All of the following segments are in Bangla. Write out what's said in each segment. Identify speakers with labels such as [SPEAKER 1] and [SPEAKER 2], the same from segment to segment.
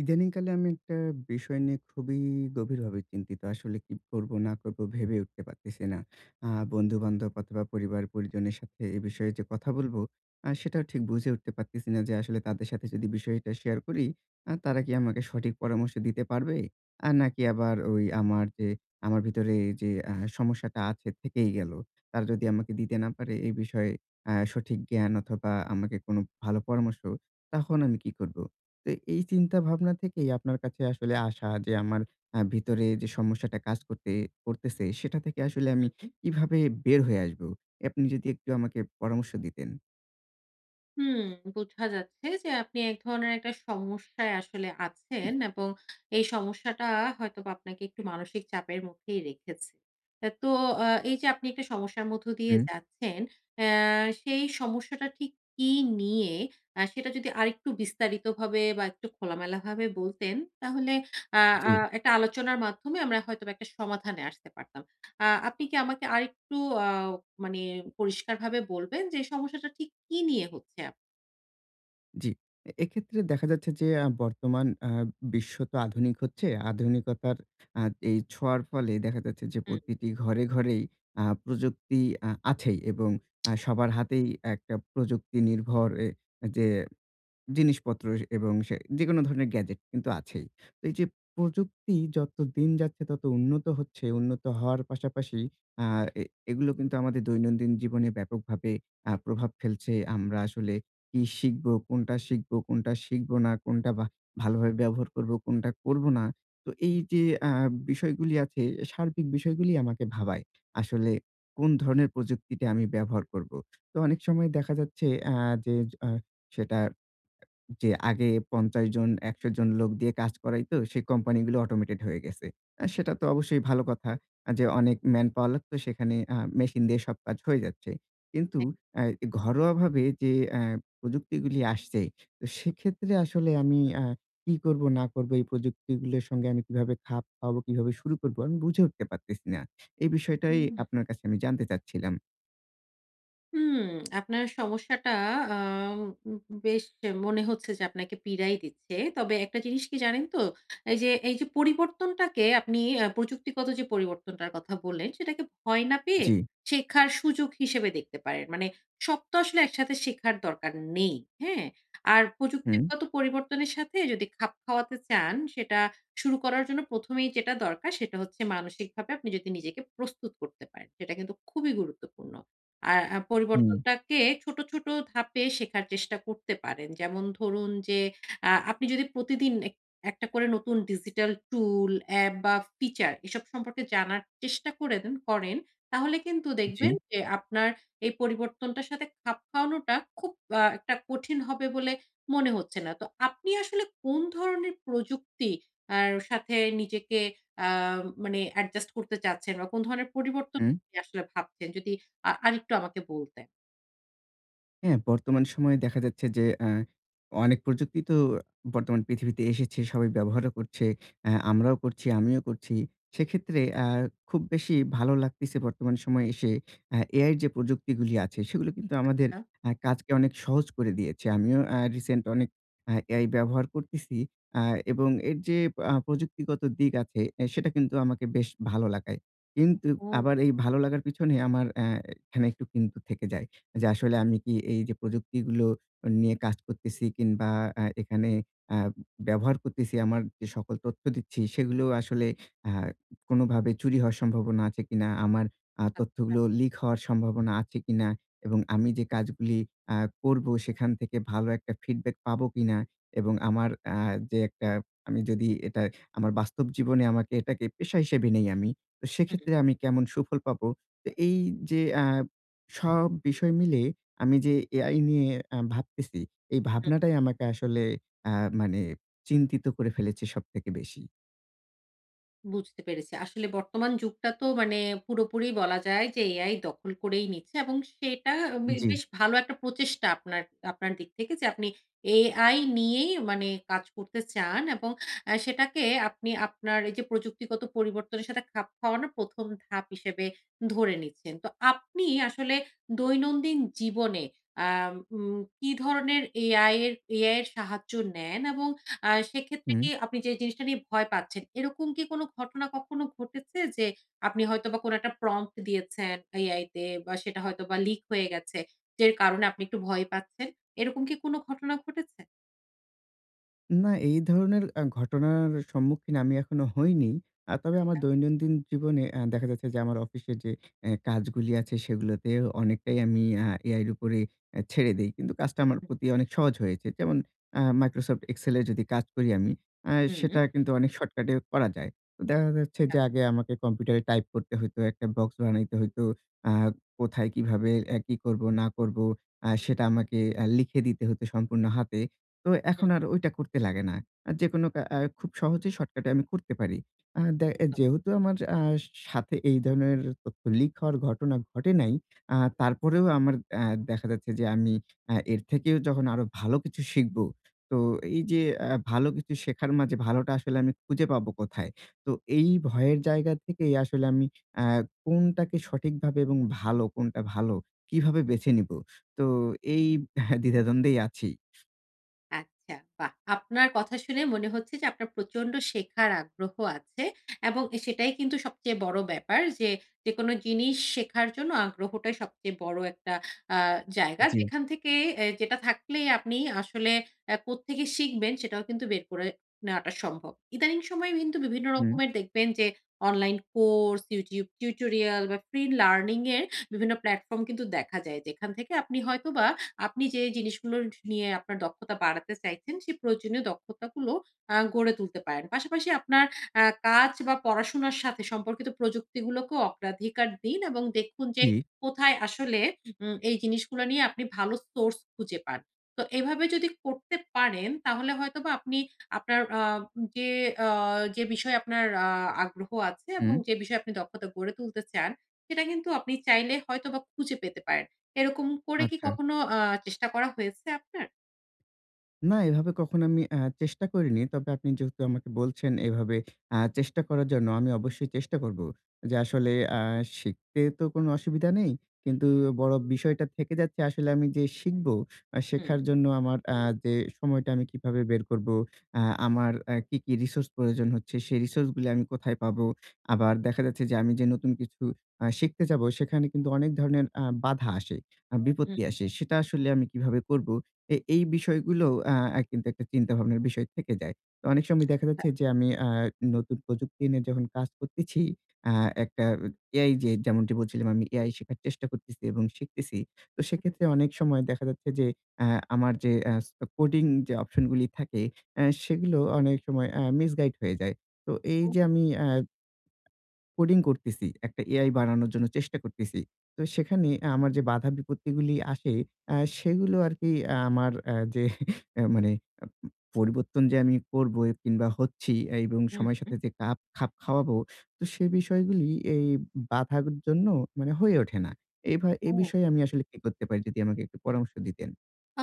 [SPEAKER 1] ইদানিংকালে আমি একটা বিষয় নিয়ে খুবই গভীরভাবে চিন্তিত। আসলে কি করব না করব ভেবে উঠতে পারতেছি না। আ বন্ধু-বান্ধব অথবা পরিবার-পরিজনের সাথে এ বিষয়ে যে কথা বলব, সেটাও ঠিক বুঝে উঠতে পারতেছি না যে আসলে তাদের সাথে যদি বিষয়টা শেয়ার করি, তারা কি আমাকে সঠিক পরামর্শ দিতে পারবে? আর নাকি আবার ওই আমার যে আমার ভিতরে যে সমস্যাটা আছে থেকেই গেল। তারা যদি আমাকে দিতে না পারে এই বিষয়ে সঠিক জ্ঞান অথবা আমাকে কোনো ভালো পরামর্শ, তখন আমি কি করব? তো এই চিন্তা ভাবনা থেকেই আপনার কাছে আসলে আসা যে আমার ভিতরে যে সমস্যাটা কাজ করতেছে সেটা থেকে আসলে আমি
[SPEAKER 2] হুম,
[SPEAKER 1] কিভাবে বের হয়ে আসবো? আপনি যদি একটু আমাকে পরামর্শ দিতেন।
[SPEAKER 2] হুম, বোঝা যাচ্ছে যে আপনি এক ধরনের একটা সমস্যায় আসলে আছেন এবং এই সমস্যাটা হয়তোবা আপনাকে একটু মানসিক চাপের মধ্যেই রেখেছে। তো এই যে আপনি একটা সমস্যার মধ্য দিয়ে
[SPEAKER 1] হুম,
[SPEAKER 2] যাচ্ছেন, অ্যা সেই সমস্যাটা ঠিক কি নিয়ে সেটা যদি আরেকটু বিস্তারিতভাবে বা একটু খোলামেলাভাবে বলতেন, তাহলে আ
[SPEAKER 1] জি,
[SPEAKER 2] আ একটা আলোচনার মাধ্যমে আমরা হয়তোবা একটা সমাধানে আসতে পারতাম। আপনি কি আমাকে আরেকটু আ মানে পরিষ্কারভাবে বলবেন যে সমস্যাটা ঠিক কি নিয়ে হচ্ছে
[SPEAKER 1] জি। এক্ষেত্রে দেখা যাচ্ছে যে বর্তমান বিশ্ব তো আধুনিক হচ্ছে। আধুনিকতার আ এই ছোঁয়ার ফলে দেখা যাচ্ছে যে
[SPEAKER 2] হুম।
[SPEAKER 1] প্রতিটি ঘরে, ঘরেই প্রযুক্তি আছেই এবং সবার হাতেই একটা প্রযুক্তি নির্ভর যে জিনিসপত্র এবং সে যেকোনো ধরনের গ্যাজেট কিন্তু আছেই। তো এই যে প্রযুক্তি যত দিন যাচ্ছে তত উন্নত হচ্ছে, উন্নত হওয়ার পাশাপাশি আ এ এগুলো কিন্তু আমাদের দৈনন্দিন জীবনে ব্যাপকভাবে প্রভাব ফেলছে। আমরা আসলে কি শিখব, কোনটা শিখব, কোনটা শিখব না, কোনটা ভালোভাবে ব্যবহার করব, কোনটা করব না। তো এই যে বিষয়গুলি আছে, সার্বিক বিষয়গুলি আমাকে ভাবায়। আসলে কোন ধরনের প্রযুক্তিটা আমি ব্যবহার করব। তো অনেক সময় দেখা যাচ্ছে আ যে আ সেটা যে আগে ৫০ জন ১০০ জন লোক দিয়ে কাজ করাইতো, সেই কোম্পানিগুলো অটোমেটেড হয়ে গেছে। সেটা তো অবশ্যই ভালো কথা যে অনেক ম্যানপাওয়ার লাগতো সেখানে মেশিন দিয়ে সব কাজ হয়ে যাচ্ছে। কিন্তু
[SPEAKER 2] এক
[SPEAKER 1] আ ঘরোয়াভাবে যে আ প্রযুক্তিগুলি আসছে, তো সেক্ষেত্রে আসলে আমি কি করব না করব এই প্রযুক্তিগুলোর সঙ্গে আমি কিভাবে খাপ খাওয়াবো, কিভাবে শুরু করব আমি বুঝে উঠতে পারতেছি না। এই বিষয়টাই
[SPEAKER 2] হুম।
[SPEAKER 1] আপনার কাছে আমি জানতে চাচ্ছিলাম।
[SPEAKER 2] হুম, আপনার সমস্যাটা আম বেশ মনে হচ্ছে যে আপনাকে পীড়াই দিচ্ছে। তবে একটা জিনিস কি জানেন তো? এই যে পরিবর্তনটাকে আপনি প্রযুক্তিগত যে পরিবর্তনটার কথা বললেন, সেটাকে ভয় না পেয়ে
[SPEAKER 1] জি,
[SPEAKER 2] শেখার সুযোগ হিসেবে দেখতে পারেন। মানে সব তো আসলে একসাথে শেখার দরকার নেই, হ্যাঁ? আর
[SPEAKER 1] হুম,
[SPEAKER 2] প্রযুক্তিগত পরিবর্তনের সাথে যদি খাপ খাওয়াতে চান, সেটা শুরু করার জন্য ১ম এই যেটা দরকার সেটা হচ্ছে মানসিকভাবে আপনি যদি নিজেকে প্রস্তুত করতে পারেন। সেটা কিন্তু খুবই গুরুত্বপূর্ণ। আর
[SPEAKER 1] হুম,
[SPEAKER 2] পরিবর্তনটাকে ছোট, ছোট ধাপে শেখার চেষ্টা করতে পারেন। যেমন ধরুন যে, আপনি যদি প্রতিদিন একটা করে নতুন ডিজিটাল টুল, অ্যাপ বা ফিচার এসব সম্পর্কে জানার চেষ্টা করেন, তাহলে কিন্তু
[SPEAKER 1] জি,
[SPEAKER 2] দেখবেন যে আপনার এই পরিবর্তনটার সাথে খাপ খাওয়ানোটা খুব একটা কঠিন হবে বলে মনে হচ্ছে না। তো আপনি আসলে কোন ধরনের প্রযুক্তি আর সাথে নিজেকে আ মানে অ্যাডজাস্ট করতে চাচ্ছেন বা কোন ধরনের পরিবর্তন
[SPEAKER 1] হুম।
[SPEAKER 2] আপনি আসলে ভাবছেন? যদি আরেকটু আমাকে বলতেন।
[SPEAKER 1] হ্যাঁ, বর্তমান সময়ে দেখা যাচ্ছে যে অনেক প্রযুক্তি তো বর্তমান পৃথিবীতে এসেছে। সবাই ব্যবহারও করছে। আমরাও করছি, আমিও করছি। সেক্ষেত্রে খুব বেশি ভালো লাগতেছে বর্তমান সময়ে এসে এআইয়ের যে প্রযুক্তিগুলি আছে, সেগুলো কিন্তু আমাদের
[SPEAKER 2] আ
[SPEAKER 1] কাজকে অনেক সহজ করে দিয়েছে। আমিও রিসেন্ট অনেক এআই ব্যবহার করতেছি। আ এবং এর যে প্রযুক্তিগত দিক আছে, সেটা কিন্তু আমাকে বেশ ভালো লাগায়। কিন্তু
[SPEAKER 2] ও
[SPEAKER 1] আবার এই ভালো লাগার পিছনে আমার এখানে একটু কিন্তু থেকে যায়। যে আসলে আমি কি এই যে প্রযুক্তিগুলো নিয়ে কাজ করতেছি কিংবা এখানে আ ব্যবহার করতেছি, আমার যে সকল তথ্য দিচ্ছি সেগুলো আসলে আ কোনোভাবে চুরি হওয়ার সম্ভাবনা আছে কিনা? আমার
[SPEAKER 2] আচ্ছা।
[SPEAKER 1] তথ্যগুলো লিক হওয়ার সম্ভাবনা আছে কিনা? এবং আমি যে কাজগুলি আ করবো সেখান থেকে ভালো একটা ফিডব্যাক পাবো কিনা? এবং আমার আ যে একটা আমি যদি এটা আমার বাস্তব জীবনে আমাকে এটাকে পেশা হিসেবে নেই আমি। তো
[SPEAKER 2] হুম,
[SPEAKER 1] সেক্ষেত্রে আমি কেমন সুফল পাবো? তো এই যে সব বিষয় মিলে আমি যে এআই নিয়ে ভাবতেছি, এই
[SPEAKER 2] হুম।
[SPEAKER 1] ভাবনাটাই আমাকে আসলে আ মানে চিন্তিত করে ফেলেছে সবথেকে বেশি।
[SPEAKER 2] বুঝতে পেরেছি। আসলে বর্তমান যুগটা তো মানে পুরোপুরি বলা যায় যে এআই দখল করেই নিচ্ছে এবং সেটা
[SPEAKER 1] জি,
[SPEAKER 2] বেশ ভালো একটা প্রচেষ্টা আপনার আপনার দিক থেকে যে আপনি এআই নিয়েই মানে কাজ করতে চান এবং সেটাকে আপনি আপনার এই যে প্রযুক্তিগত পরিবর্তনের সাথে খাপ খাওয়ানোর ১ম ধাপ হিসেবে ধরে নিচ্ছেন। তো আপনি আসলে দৈনন্দিন জীবনে আম উম কি ধরনের এআই এর সাহায্য নেন এবং সেক্ষেত্রে
[SPEAKER 1] হু।
[SPEAKER 2] কি আপনি যে জিনিসটা নিয়ে ভয় পাচ্ছেন, এরকম কি কোনো ঘটনা কখনো ঘটেছে যে আপনি হয়তোবা কোনো একটা প্রম্পট দিয়েছেন AI তে বা সেটা হয়তোবা লিক হয়ে গেছে, যের কারণে আপনি একটু ভয় পাচ্ছেন? এরকম কি কোনো ঘটনা ঘটেছে?
[SPEAKER 1] না, এই ধরনের ঘটনার সম্মুখীন আমি এখনো হইনি। তবে আমার দৈনন্দিন জীবনে দেখা যাচ্ছে যে আমার অফিসের যে কাজগুলি আছে সেগুলোতে অনেকটাই আমি AI এর উপরে ছেড়ে দেই। কিন্তু কাজটা আমার প্রতি অনেক সহজ হয়েছে। যেমন Microsoft Excel এ যদি কাজ করি আমি, আ
[SPEAKER 2] হুম। হুম।
[SPEAKER 1] সেটা কিন্তু অনেক শর্টকাটে করা যায়। তো দেখা যাচ্ছে
[SPEAKER 2] আচ্ছা,
[SPEAKER 1] যে আগে আমাকে কম্পিউটারে টাইপ করতে হইতো, একটা বক্স বানাইতে হইতো। আ কোথায় কিভাবে কি করব না করব সেটা আমাকে লিখে দিতে হতো সম্পূর্ণ হাতে। তো
[SPEAKER 2] হুম,
[SPEAKER 1] এখন আর ওইটা করতে লাগে না। যেকোনো কা আ খুব সহজেই শর্টকাটে আমি করতে পারি। আ দে
[SPEAKER 2] একদম।
[SPEAKER 1] যেহেতু আমার সাথে এই ধরনের তথ্য লিক হওয়ার ঘটনা ঘটে নাই, তারপরেও আমার আ দেখা যাচ্ছে যে আমি এর থেকেও যখন আরো ভালো কিছু শিখব, তো এই যে ভালো কিছু শেখার মাঝে ভালোটা আসলে আমি খুঁজে পাবো কোথায়? তো এই ভয়ের জায়গা থেকেই আসলে আমি আ কোনটাকে সঠিকভাবে এবং ভালো, কোনটা ভালো, কিভাবে বেছে
[SPEAKER 2] হুম।
[SPEAKER 1] নিব? তো এই দ্বিধাদ্বন্দ্বেই আছি।
[SPEAKER 2] আচ্ছা, বাহ! আপনার কথা শুনে মনে হচ্ছে যে আপনার প্রচন্ড শেখার আগ্রহ আছে এবং এ সেটাই কিন্তু সবচেয়ে বড় ব্যাপার যে, যেকোনো জিনিস শেখার জন্য আগ্রহটাই সবচেয়ে বড় একটা আ জায়গা।
[SPEAKER 1] জি।
[SPEAKER 2] যেখান থেকে যেটা থাকলেই আপনি আসলে কোত্থেকে শিখবেন সেটাও কিন্তু বের করে নেওয়াটা সম্ভব। ইদানিং সময়ে কিন্তু বিভিন্ন
[SPEAKER 1] হুম।
[SPEAKER 2] রকমের দেখবেন যে অনলাইন কোর্স, YouTube টিউটোরিয়াল বা ফ্রি লার্নিং এর বিভিন্ন প্ল্যাটফর্ম কিন্তু দেখা যায়। যেখান থেকে আপনি হয়তোবা আপনি যে জিনিসগুলো নিয়ে আপনার দক্ষতা বাড়াতে চাইছেন, সেই প্রয়োজনীয় দক্ষতাগুলো গড়ে তুলতে পারেন। পাশাপাশি আপনার কাজ বা পড়াশোনার সাথে সম্পর্কিত প্রযুক্তিগুলোকেও অগ্রাধিকার দিন এবং দেখুন যে
[SPEAKER 1] জি।
[SPEAKER 2] কোথায় আসলে এই জিনিসগুলো নিয়ে আপনি ভালো সোর্স খুঁজে পান। তো এভাবে যদি করতে পারেন তাহলে হয়তোবা আপনি আপনার আ যে আ যে বিষয়ে আপনার আগ্রহ আছে এবং
[SPEAKER 1] হুম।
[SPEAKER 2] যে বিষয়ে আপনি দক্ষতা গড়ে তুলতে চান, সেটা কিন্তু আপনি চাইলে হয়তোবা খুঁজে পেতে পারেন। এরকম করে কি
[SPEAKER 1] আচ্ছা।
[SPEAKER 2] কখনো চেষ্টা করা হয়েছে আপনার?
[SPEAKER 1] না, এভাবে কখনো আমি চেষ্টা করিনি। তবে আপনি যেহেতু আমাকে বলছেন এভাবে চেষ্টা করার জন্য, আমি অবশ্যই চেষ্টা করব। যে আসলে আ শিখতে তো কোনো অসুবিধা নেই। কিন্তু বড় বিষয়টা থেকে যাচ্ছে আসলে আমি যে শিখব,
[SPEAKER 2] হুম,
[SPEAKER 1] শেখার জন্য আমার যে সময়টা আমি কিভাবে বের করব, আ আমার কি, কি রিসোর্স প্রয়োজন হচ্ছে, সেই রিসোর্স গুলি আমি কোথায় পাবো? আবার দেখা যাচ্ছে যে আমি যে নতুন কিছু শিখতে যাব, সেখানে কিন্তু অনেক ধরনের বাধা আসে,
[SPEAKER 2] হুম,
[SPEAKER 1] বিপত্তি আসে। সেটা আসলে আমি কিভাবে করব? এই বিষয়গুলো আ আ কিন্তু একটা চিন্তাভাবনার বিষয় থেকে যায়। তো অনেক সময় দেখা যাচ্ছে যে আমি নতুন প্রযুক্তি নিয়ে যখন কাজ করতেছি, আ একটা এআই যে যেমনটি বলছিলাম আমি এআই শেখার চেষ্টা করতেছি এবং শিখতেছি। তো
[SPEAKER 2] হুম।
[SPEAKER 1] সেক্ষেত্রে অনেক সময় দেখা যাচ্ছে যে আ আমার যে কোডিং যে অপশন গুলি থাকে, সেগুলো অনেক সময় মিসগাইড হয়ে যায়। তো এই
[SPEAKER 2] ও!
[SPEAKER 1] যে আমি কোডিং করতেছি। একটা এআই বানানোর জন্য চেষ্টা করতেছি। তো সেখানে আমার যে বাধা বিপত্তিগুলি আসে, সেগুলো আরকি আমার যে মানে আ পরিবর্তন যে আমি করব কিংবা হচ্ছি এবং
[SPEAKER 2] হুম,
[SPEAKER 1] সময়ের
[SPEAKER 2] হুম।
[SPEAKER 1] সাথে যে খাপ খাওয়াবো, তো সে বিষয়গুলি এই বাধার জন্য মানে হয়ে ওঠে না। এই এই
[SPEAKER 2] ও!
[SPEAKER 1] বিষয়ে আমি আসলে কি করতে পারি যদি আমাকে একটু পরামর্শ দিতেন?
[SPEAKER 2] আ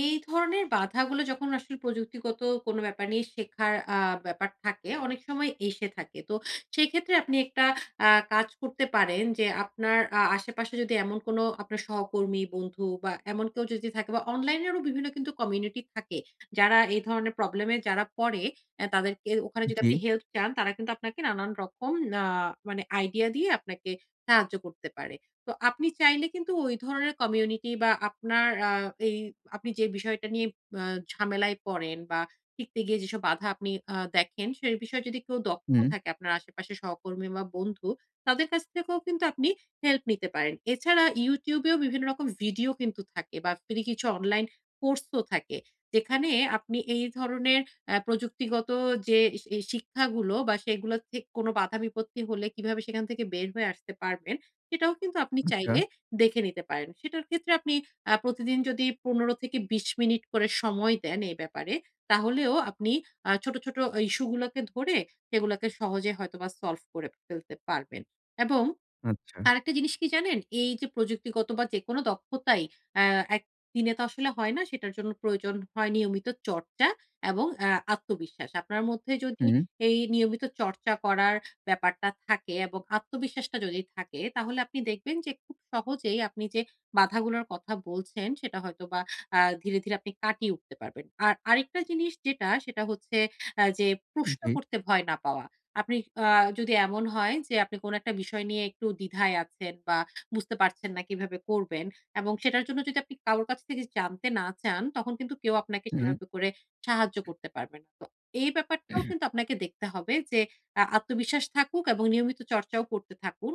[SPEAKER 2] এই ধরনের বাধাগুলো যখন আসলে প্রযুক্তিগত কোনো ব্যাপার নিয়ে শেখার ব্যাপার থাকে, অনেক সময় এসে থাকে। তো সেক্ষেত্রে আপনি একটা কাজ করতে পারেন যে, আপনার আশেপাশে যদি এমন কোনো আপনার সহকর্মী, বন্ধু বা এমন কেউ যদি থাকে বা অনলাইনেরও বিভিন্ন কিন্তু কমিউনিটি থাকে, যারা এই ধরনের প্রবলেমে যারা পড়ে, তাদেরকে ওখানে যদি
[SPEAKER 1] জি,
[SPEAKER 2] আপনি হেল্প চান, তারা কিন্তু আপনাকে নানান রকম আ মানে আইডিয়া দিয়ে আপনাকে সাহায্য করতে পারে। তো আপনি চাইলে কিন্তু ওই ধরনের কমিউনিটি বা আপনার এই আপনি যে বিষয়টা নিয়ে আ ঝামেলায় পড়েন বা শিখতে গিয়ে যেসব বাধা আপনি দেখেন, সে বিষয়ে যদি কেউ দক্ষ
[SPEAKER 1] হুম,
[SPEAKER 2] থাকে আপনার আশেপাশে সহকর্মী বা বন্ধু, তাদের কাছ থেকেও কিন্তু আপনি হেল্প নিতে পারেন। এছাড়া YouTube এও বিভিন্ন রকম ভিডিও কিন্তু থাকে বা ফ্রি কিছু অনলাইন কোর্সও থাকে। যেখানে আপনি এই ধরনের প্রযুক্তিগত যে শিক্ষাগুলো বা সেগুলো থেকে কোনো বাধা বিপত্তি হলে কিভাবে সেখান থেকে বের হয়ে আসতে পারবেন, সেটাও কিন্তু আপনি
[SPEAKER 1] আচ্ছা,
[SPEAKER 2] চাইলে দেখে নিতে পারেন। সেটার ক্ষেত্রে আপনি প্রতিদিন যদি ১৫ থেকে ২০ মিনিট করে সময় দেন এই ব্যাপারে, তাহলেও আপনি ছোট, ছোট ইস্যু গুলাকে ধরে সেগুলাকে সহজে হয়তোবা সলভ করে ফেলতে পারবেন এবং
[SPEAKER 1] আচ্ছা,
[SPEAKER 2] আরেকটা জিনিস কি জানেন? এই যে প্রযুক্তিগত বা যেকোনো দক্ষতাই আ একদিনে তো আসলে হয় না। সেটার জন্য প্রয়োজন হয় নিয়মিত চর্চা এবং আত্মবিশ্বাস। আপনার মধ্যে যদি
[SPEAKER 1] হুম,
[SPEAKER 2] এই নিয়মিত চর্চা করার ব্যাপারটা থাকে এবং আত্মবিশ্বাসটা যদি থাকে, তাহলে আপনি দেখবেন যে খুব সহজেই আপনি যে বাধাগুলোর কথা বলছেন, সেটা হয়তোবা ধীরে, ধীরে আপনি কাটিয়ে উঠতে পারবেন। আর আরেকটা জিনিস যেটা, সেটা হচ্ছে যে প্রশ্ন
[SPEAKER 1] জি,
[SPEAKER 2] করতে ভয় না পাওয়া। আপনি আ যদি এমন হয় যে আপনি কোন একটা বিষয় নিয়ে একটু দ্বিধায় আছেন বা বুঝতে পারছেন না কিভাবে করবেন এবং সেটার জন্য যদি আপনি কারোর কাছ থেকে জানতে না চান, তখন কিন্তু কেউ আপনাকে
[SPEAKER 1] হুম,
[SPEAKER 2] সেভাবে করে সাহায্য করতে পারবে না। তো এই ব্যাপারটাও কিন্তু আপনাকে দেখতে হবে যে আত্মবিশ্বাস থাকুক এবং নিয়মিত চর্চাও করতে থাকুন।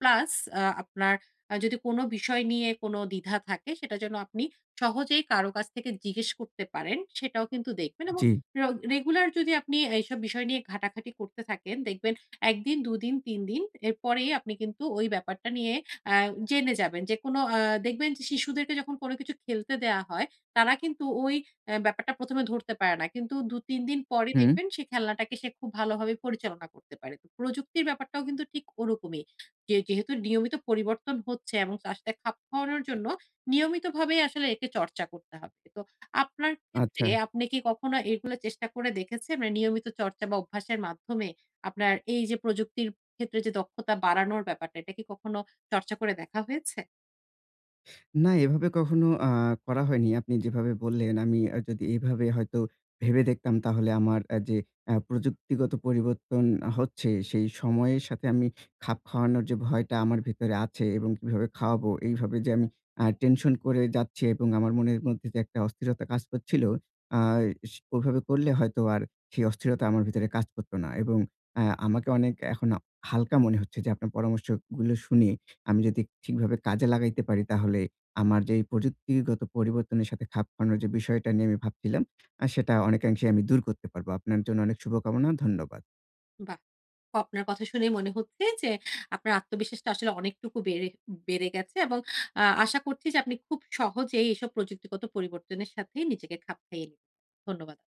[SPEAKER 2] প্লাস আপনার যদি কোন বিষয় নিয়ে কোন দ্বিধা থাকে সেটা যেন আপনি সহজেই কারো কাছ থেকে জিজ্ঞেস করতে পারেন, সেটাও কিন্তু দেখবেন এবং
[SPEAKER 1] জি,
[SPEAKER 2] র রেগুলার যদি আপনি এইসব বিষয় নিয়ে ঘাটাঘাটি করতে থাকেন, দেখবেন ১ দিন, ২ দিন, ৩ দিন এরপরেই আপনি কিন্তু ওই ব্যাপারটা নিয়ে আ জেনে যাবেন। যে কোনো দেখবেন যে শিশুদেরকে যখন কোনো কিছু খেলতে দেয়া হয়, তারা কিন্তু ওই ব্যাপারটা ১ম এ ধরতে পারে না। কিন্তু ২-৩ দিন পরেই
[SPEAKER 1] হুম,
[SPEAKER 2] দেখবেন সে খেলনাটাকে সে খুব ভালোভাবে পরিচালনা করতে পারে। তো প্রযুক্তির ব্যাপারটাও কিন্তু ঠিক ওরকমই। যে যেহেতু নিয়মিত পরিবর্তন হচ্ছে এবং তার সাথে খাপ খাওয়ানোর জন্য নিয়মিতভাবেই আসলে একে চর্চা করতে হবে। তো আপনার ক্ষেত্রে
[SPEAKER 1] আচ্ছা।
[SPEAKER 2] আপনি কি কখনো এগুলো চেষ্টা করে দেখেছেন? মানে নিয়মিত চর্চা বা অভ্যাসের মাধ্যমে আপনার এই যে প্রযুক্তির ক্ষেত্রে যে দক্ষতা বাড়ানোর ব্যাপারটা, এটা কি কখনো চর্চা করে দেখা হয়েছে?
[SPEAKER 1] না, এভাবে কখনো করা হয়নি। আপনি যেভাবে বললেন, আমি যদি এভাবে হয়তো ভেবে দেখতাম, তাহলে আমার যে প্রযুক্তিগত পরিবর্তন হচ্ছে, সেই সময়ের সাথে আমি খাপ খাওয়ানোর যে ভয়টা আমার ভেতরে আছে এবং কিভাবে খাওয়াবো, এইভাবে যে আমি টেনশন করে যাচ্ছি এবং আমার মনের মধ্যে যে একটা অস্থিরতা কাজ করছিল, আ স ওভাবে করলে হয়তো আর সেই অস্থিরতা আমার ভিতরে কাজ করত না এবং আমাকে অনেক এখন হালকা মনে হচ্ছে যে, আপনার পরামর্শগুলো শুনে আমি যদি ঠিকভাবে কাজে লাগাইতে পারি, তাহলে আমার যে এই প্রযুক্তিগত পরিবর্তনের সাথে খাপ খাওয়ানোর যে বিষয়টা নিয়ে আমি ভাবছিলাম, সেটা অনেকাংশেই আমি দূর করতে পারবো। আপনার জন্য অনেক শুভকামনা। ধন্যবাদ।
[SPEAKER 2] বাহ! আপনার কথা শুনেই মনে হচ্ছে যে আপনার আত্মবিশ্বাসটা আসলে অনেকটুকু বেড়ে বেড়ে গেছে এবং আশা করছি যে আপনি খুব সহজেই এইসব প্রযুক্তিগত পরিবর্তনের সাথে নিজেকে খাপ খাইয়ে নিতে ধন্যবাদ।